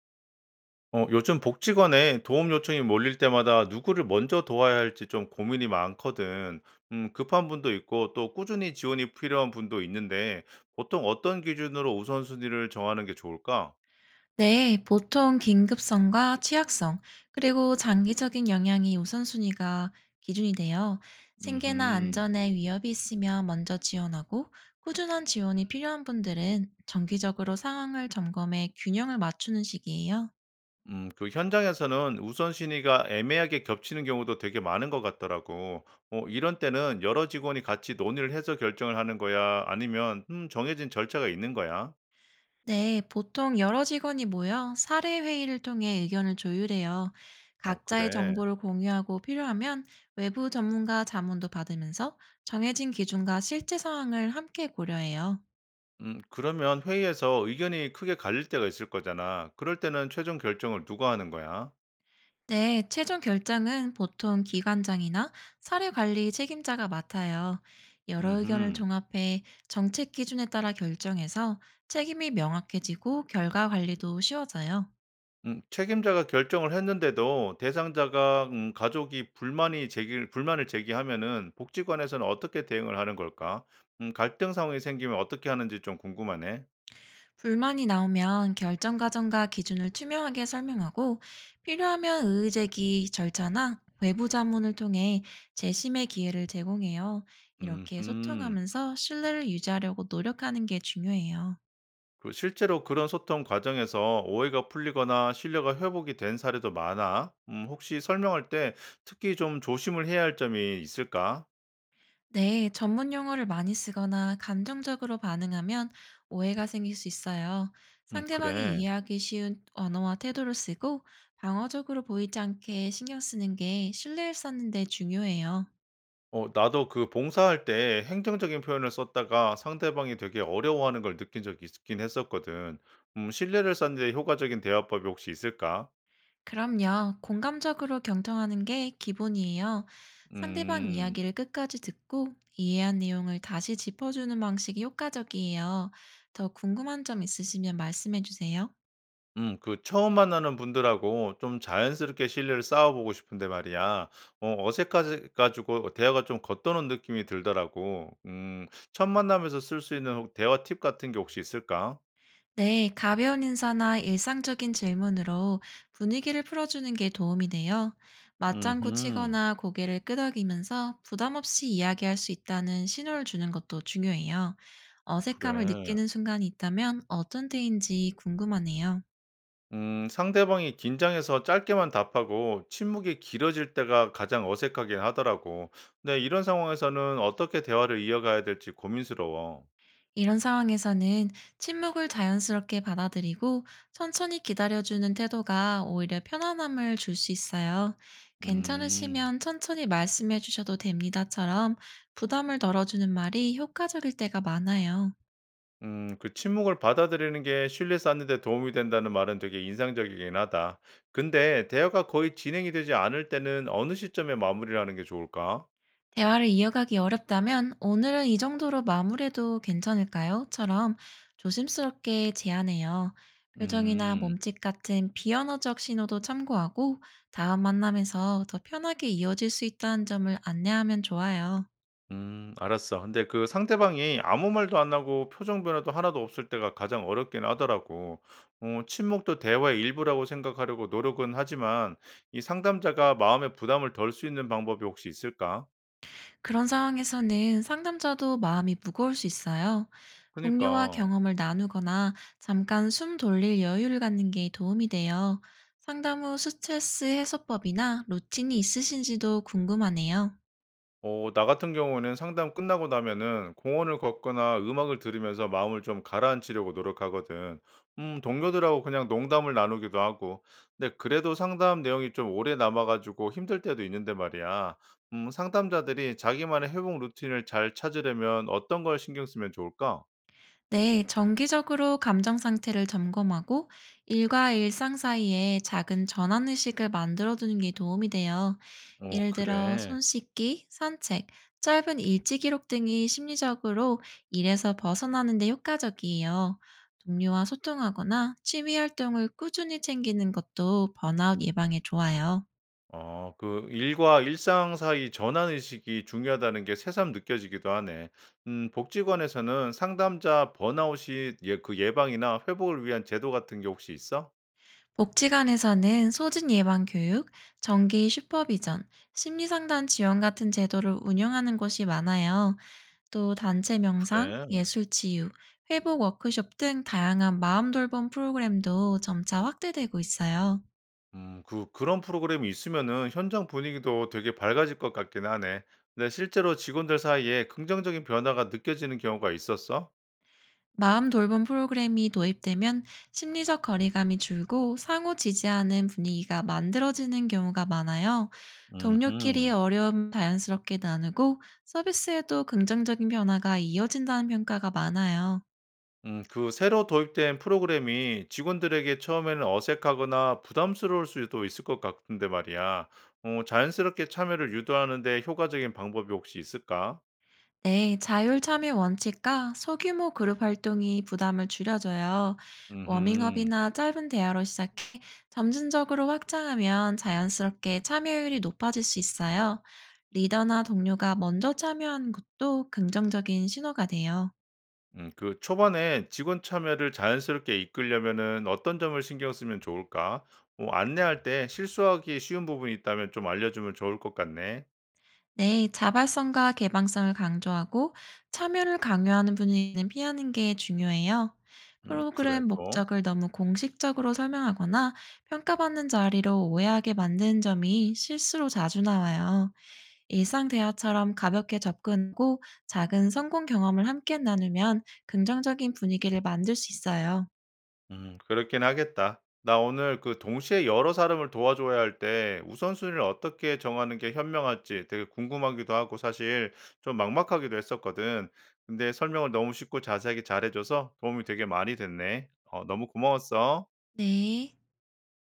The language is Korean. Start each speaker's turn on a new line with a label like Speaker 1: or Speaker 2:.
Speaker 1: 요즘 복지관에 도움 요청이 몰릴 때마다 누구를 먼저 도와야 할지 좀 고민이 많거든. 급한 분도 있고 또 꾸준히 지원이 필요한 분도 있는데 보통 어떤 기준으로 우선순위를 정하는 게 좋을까?
Speaker 2: 네, 보통 긴급성과 취약성, 그리고 장기적인 영향이 우선순위가 기준이 돼요. 생계나
Speaker 1: 음,
Speaker 2: 안전에 위협이 있으면 먼저 지원하고, 꾸준한 지원이 필요한 분들은 정기적으로 상황을 점검해 균형을 맞추는 시기예요.
Speaker 1: 그 현장에서는 우선순위가 애매하게 겹치는 경우도 되게 많은 것 같더라고. 이런 때는 여러 직원이 같이 논의를 해서 결정을 하는 거야? 아니면 정해진 절차가 있는 거야?
Speaker 2: 네, 보통 여러 직원이 모여 사례회의를 통해 의견을 조율해요.
Speaker 1: 어,
Speaker 2: 각자의
Speaker 1: 그래.
Speaker 2: 정보를 공유하고 필요하면 외부 전문가 자문도 받으면서 정해진 기준과 실제 상황을 함께 고려해요.
Speaker 1: 그러면 회의에서 의견이 크게 갈릴 때가 있을 거잖아. 그럴 때는 최종 결정을 누가 하는 거야?
Speaker 2: 네, 최종 결정은 보통 기관장이나 사료 관리 책임자가 맡아요. 여러 의견을
Speaker 1: 음,
Speaker 2: 종합해 정책 기준에 따라 결정해서 책임이 명확해지고 결과 관리도 쉬워져요.
Speaker 1: 책임자가 결정을 했는데도 대상자가 가족이 불만을 제기하면은 복지관에서는 어떻게 대응을 하는 걸까? 갈등 상황이 생기면 어떻게 하는지 좀 궁금하네.
Speaker 2: 불만이 나오면 결정 과정과 기준을 투명하게 설명하고 필요하면 의제기 절차나 외부 자문을 통해 재심의 기회를 제공해요. 이렇게
Speaker 1: 음,
Speaker 2: 소통하면서 신뢰를 유지하려고 노력하는 게 중요해요.
Speaker 1: 그 실제로 그런 소통 과정에서 오해가 풀리거나 신뢰가 회복이 된 사례도 많아. 혹시 설명할 때 특히 좀 조심을 해야 할 점이 있을까?
Speaker 2: 네, 전문 용어를 많이 쓰거나 감정적으로 반응하면 오해가 생길 수 있어요. 상대방이
Speaker 1: 그래.
Speaker 2: 이해하기 쉬운 언어와 태도를 쓰고 방어적으로 보이지 않게 신경 쓰는 게 신뢰를 쌓는 데 중요해요.
Speaker 1: 나도 그 봉사할 때 행정적인 표현을 썼다가 상대방이 되게 어려워하는 걸 느낀 적이 있긴 했었거든. 신뢰를 쌓는 데 효과적인 대화법이 혹시 있을까?
Speaker 2: 그럼요, 공감적으로 경청하는 게 기본이에요. 상대방
Speaker 1: 음,
Speaker 2: 이야기를 끝까지 듣고 이해한 내용을 다시 짚어주는 방식이 효과적이에요. 더 궁금한 점 있으시면 말씀해 주세요.
Speaker 1: 그 처음 만나는 분들하고 좀 자연스럽게 신뢰를 쌓아보고 싶은데 말이야. 어색해가지고 대화가 좀 겉도는 느낌이 들더라고. 첫 만남에서 쓸 수 있는 대화 팁 같은 게 혹시 있을까?
Speaker 2: 네, 가벼운 인사나 일상적인 질문으로 분위기를 풀어주는 게 도움이 돼요. 맞장구
Speaker 1: 음,
Speaker 2: 치거나 고개를 끄덕이면서 부담 없이 이야기할 수 있다는 신호를 주는 것도 중요해요. 어색함을
Speaker 1: 그래.
Speaker 2: 느끼는 순간이 있다면 어떤 때인지 궁금하네요.
Speaker 1: 상대방이 긴장해서 짧게만 답하고 침묵이 길어질 때가 가장 어색하긴 하더라고. 근데 이런 상황에서는 어떻게 대화를 이어가야 될지 고민스러워.
Speaker 2: 이런 상황에서는 침묵을 자연스럽게 받아들이고 천천히 기다려주는 태도가 오히려 편안함을 줄 수 있어요.
Speaker 1: 음,
Speaker 2: 괜찮으시면 천천히 말씀해 주셔도 됩니다처럼 부담을 덜어주는 말이 효과적일 때가 많아요.
Speaker 1: 그 침묵을 받아들이는 게 신뢰 쌓는 데 도움이 된다는 말은 되게 인상적이긴 하다. 근데 대화가 거의 진행이 되지 않을 때는 어느 시점에 마무리를 하는 게 좋을까?
Speaker 2: 대화를 이어가기 어렵다면 "오늘은 이 정도로 마무리해도 괜찮을까요?"처럼 조심스럽게 제안해요. 표정이나
Speaker 1: 음.
Speaker 2: 몸짓 같은 비언어적 신호도 참고하고 다음 만남에서 더 편하게 이어질 수 있다는 점을 안내하면 좋아요.
Speaker 1: 알았어. 근데 그 상대방이 아무 말도 안 하고 표정 변화도 하나도 없을 때가 가장 어렵긴 하더라고. 침묵도 대화의 일부라고 생각하려고 노력은 하지만 이 상담자가 마음의 부담을 덜 수 있는 방법이 혹시 있을까?
Speaker 2: 그런 상황에서는 상담자도 마음이 무거울 수 있어요. 동료와
Speaker 1: 그니까.
Speaker 2: 경험을 나누거나 잠깐 숨 돌릴 여유를 갖는 게 도움이 돼요. 상담 후 스트레스 해소법이나 루틴이 있으신지도 궁금하네요.
Speaker 1: 나 같은 경우는 상담 끝나고 나면은 공원을 걷거나 음악을 들으면서 마음을 좀 가라앉히려고 노력하거든. 동료들하고 그냥 농담을 나누기도 하고. 근데 그래도 상담 내용이 좀 오래 남아 가지고 힘들 때도 있는데 말이야. 상담자들이 자기만의 회복 루틴을 잘 찾으려면 어떤 걸 신경 쓰면 좋을까?
Speaker 2: 네, 정기적으로 감정 상태를 점검하고 일과 일상 사이에 작은 전환 의식을 만들어두는 게 도움이 돼요.
Speaker 1: 어,
Speaker 2: 예를 들어
Speaker 1: 그래.
Speaker 2: 손 씻기, 산책, 짧은 일지 기록 등이 심리적으로 일에서 벗어나는 데 효과적이에요. 동료와 소통하거나 취미 활동을 꾸준히 챙기는 것도 번아웃 예방에 좋아요.
Speaker 1: 그 일과 일상 사이 전환 의식이 중요하다는 게 새삼 느껴지기도 하네. 복지관에서는 상담자 번아웃이 그 예방이나 회복을 위한 제도 같은 게 혹시 있어?
Speaker 2: 복지관에서는 소진 예방 교육, 정기 슈퍼비전, 심리상담 지원 같은 제도를 운영하는 곳이 많아요. 또 단체 명상,
Speaker 1: 그래.
Speaker 2: 예술 치유, 회복 워크숍 등 다양한 마음 돌봄 프로그램도 점차 확대되고 있어요.
Speaker 1: 그런 프로그램이 있으면은 현장 분위기도 되게 밝아질 것 같긴 하네. 근데 실제로 직원들 사이에 긍정적인 변화가 느껴지는 경우가 있었어?
Speaker 2: 마음 돌봄 프로그램이 도입되면 심리적 거리감이 줄고 상호 지지하는 분위기가 만들어지는 경우가 많아요. 동료끼리
Speaker 1: 음흠.
Speaker 2: 어려움 자연스럽게 나누고 서비스에도 긍정적인 변화가 이어진다는 평가가 많아요.
Speaker 1: 그 새로 도입된 프로그램이 직원들에게 처음에는 어색하거나 부담스러울 수도 있을 것 같은데 말이야. 자연스럽게 참여를 유도하는데 효과적인 방법이 혹시 있을까?
Speaker 2: 네, 자율 참여 원칙과 소규모 그룹 활동이 부담을 줄여줘요.
Speaker 1: 음,
Speaker 2: 워밍업이나 짧은 대화로 시작해 점진적으로 확장하면 자연스럽게 참여율이 높아질 수 있어요. 리더나 동료가 먼저 참여하는 것도 긍정적인 신호가 돼요.
Speaker 1: 그 초반에 직원 참여를 자연스럽게 이끌려면은 어떤 점을 신경 쓰면 좋을까? 안내할 때 실수하기 쉬운 부분이 있다면 좀 알려주면 좋을 것 같네.
Speaker 2: 네, 자발성과 개방성을 강조하고 참여를 강요하는 분위기는 피하는 게 중요해요.
Speaker 1: 그래
Speaker 2: 프로그램
Speaker 1: 또.
Speaker 2: 목적을 너무 공식적으로 설명하거나 평가받는 자리로 오해하게 만드는 점이 실수로 자주 나와요. 일상 대화처럼 가볍게 접근하고 작은 성공 경험을 함께 나누면 긍정적인 분위기를 만들 수 있어요.
Speaker 1: 그렇긴 하겠다. 나 오늘 그 동시에 여러 사람을 도와줘야 할 때 우선순위를 어떻게 정하는 게 현명할지 되게 궁금하기도 하고 사실 좀 막막하기도 했었거든. 근데 설명을 너무 쉽고 자세하게 잘해줘서 도움이 되게 많이 됐네. 너무 고마웠어.
Speaker 2: 네.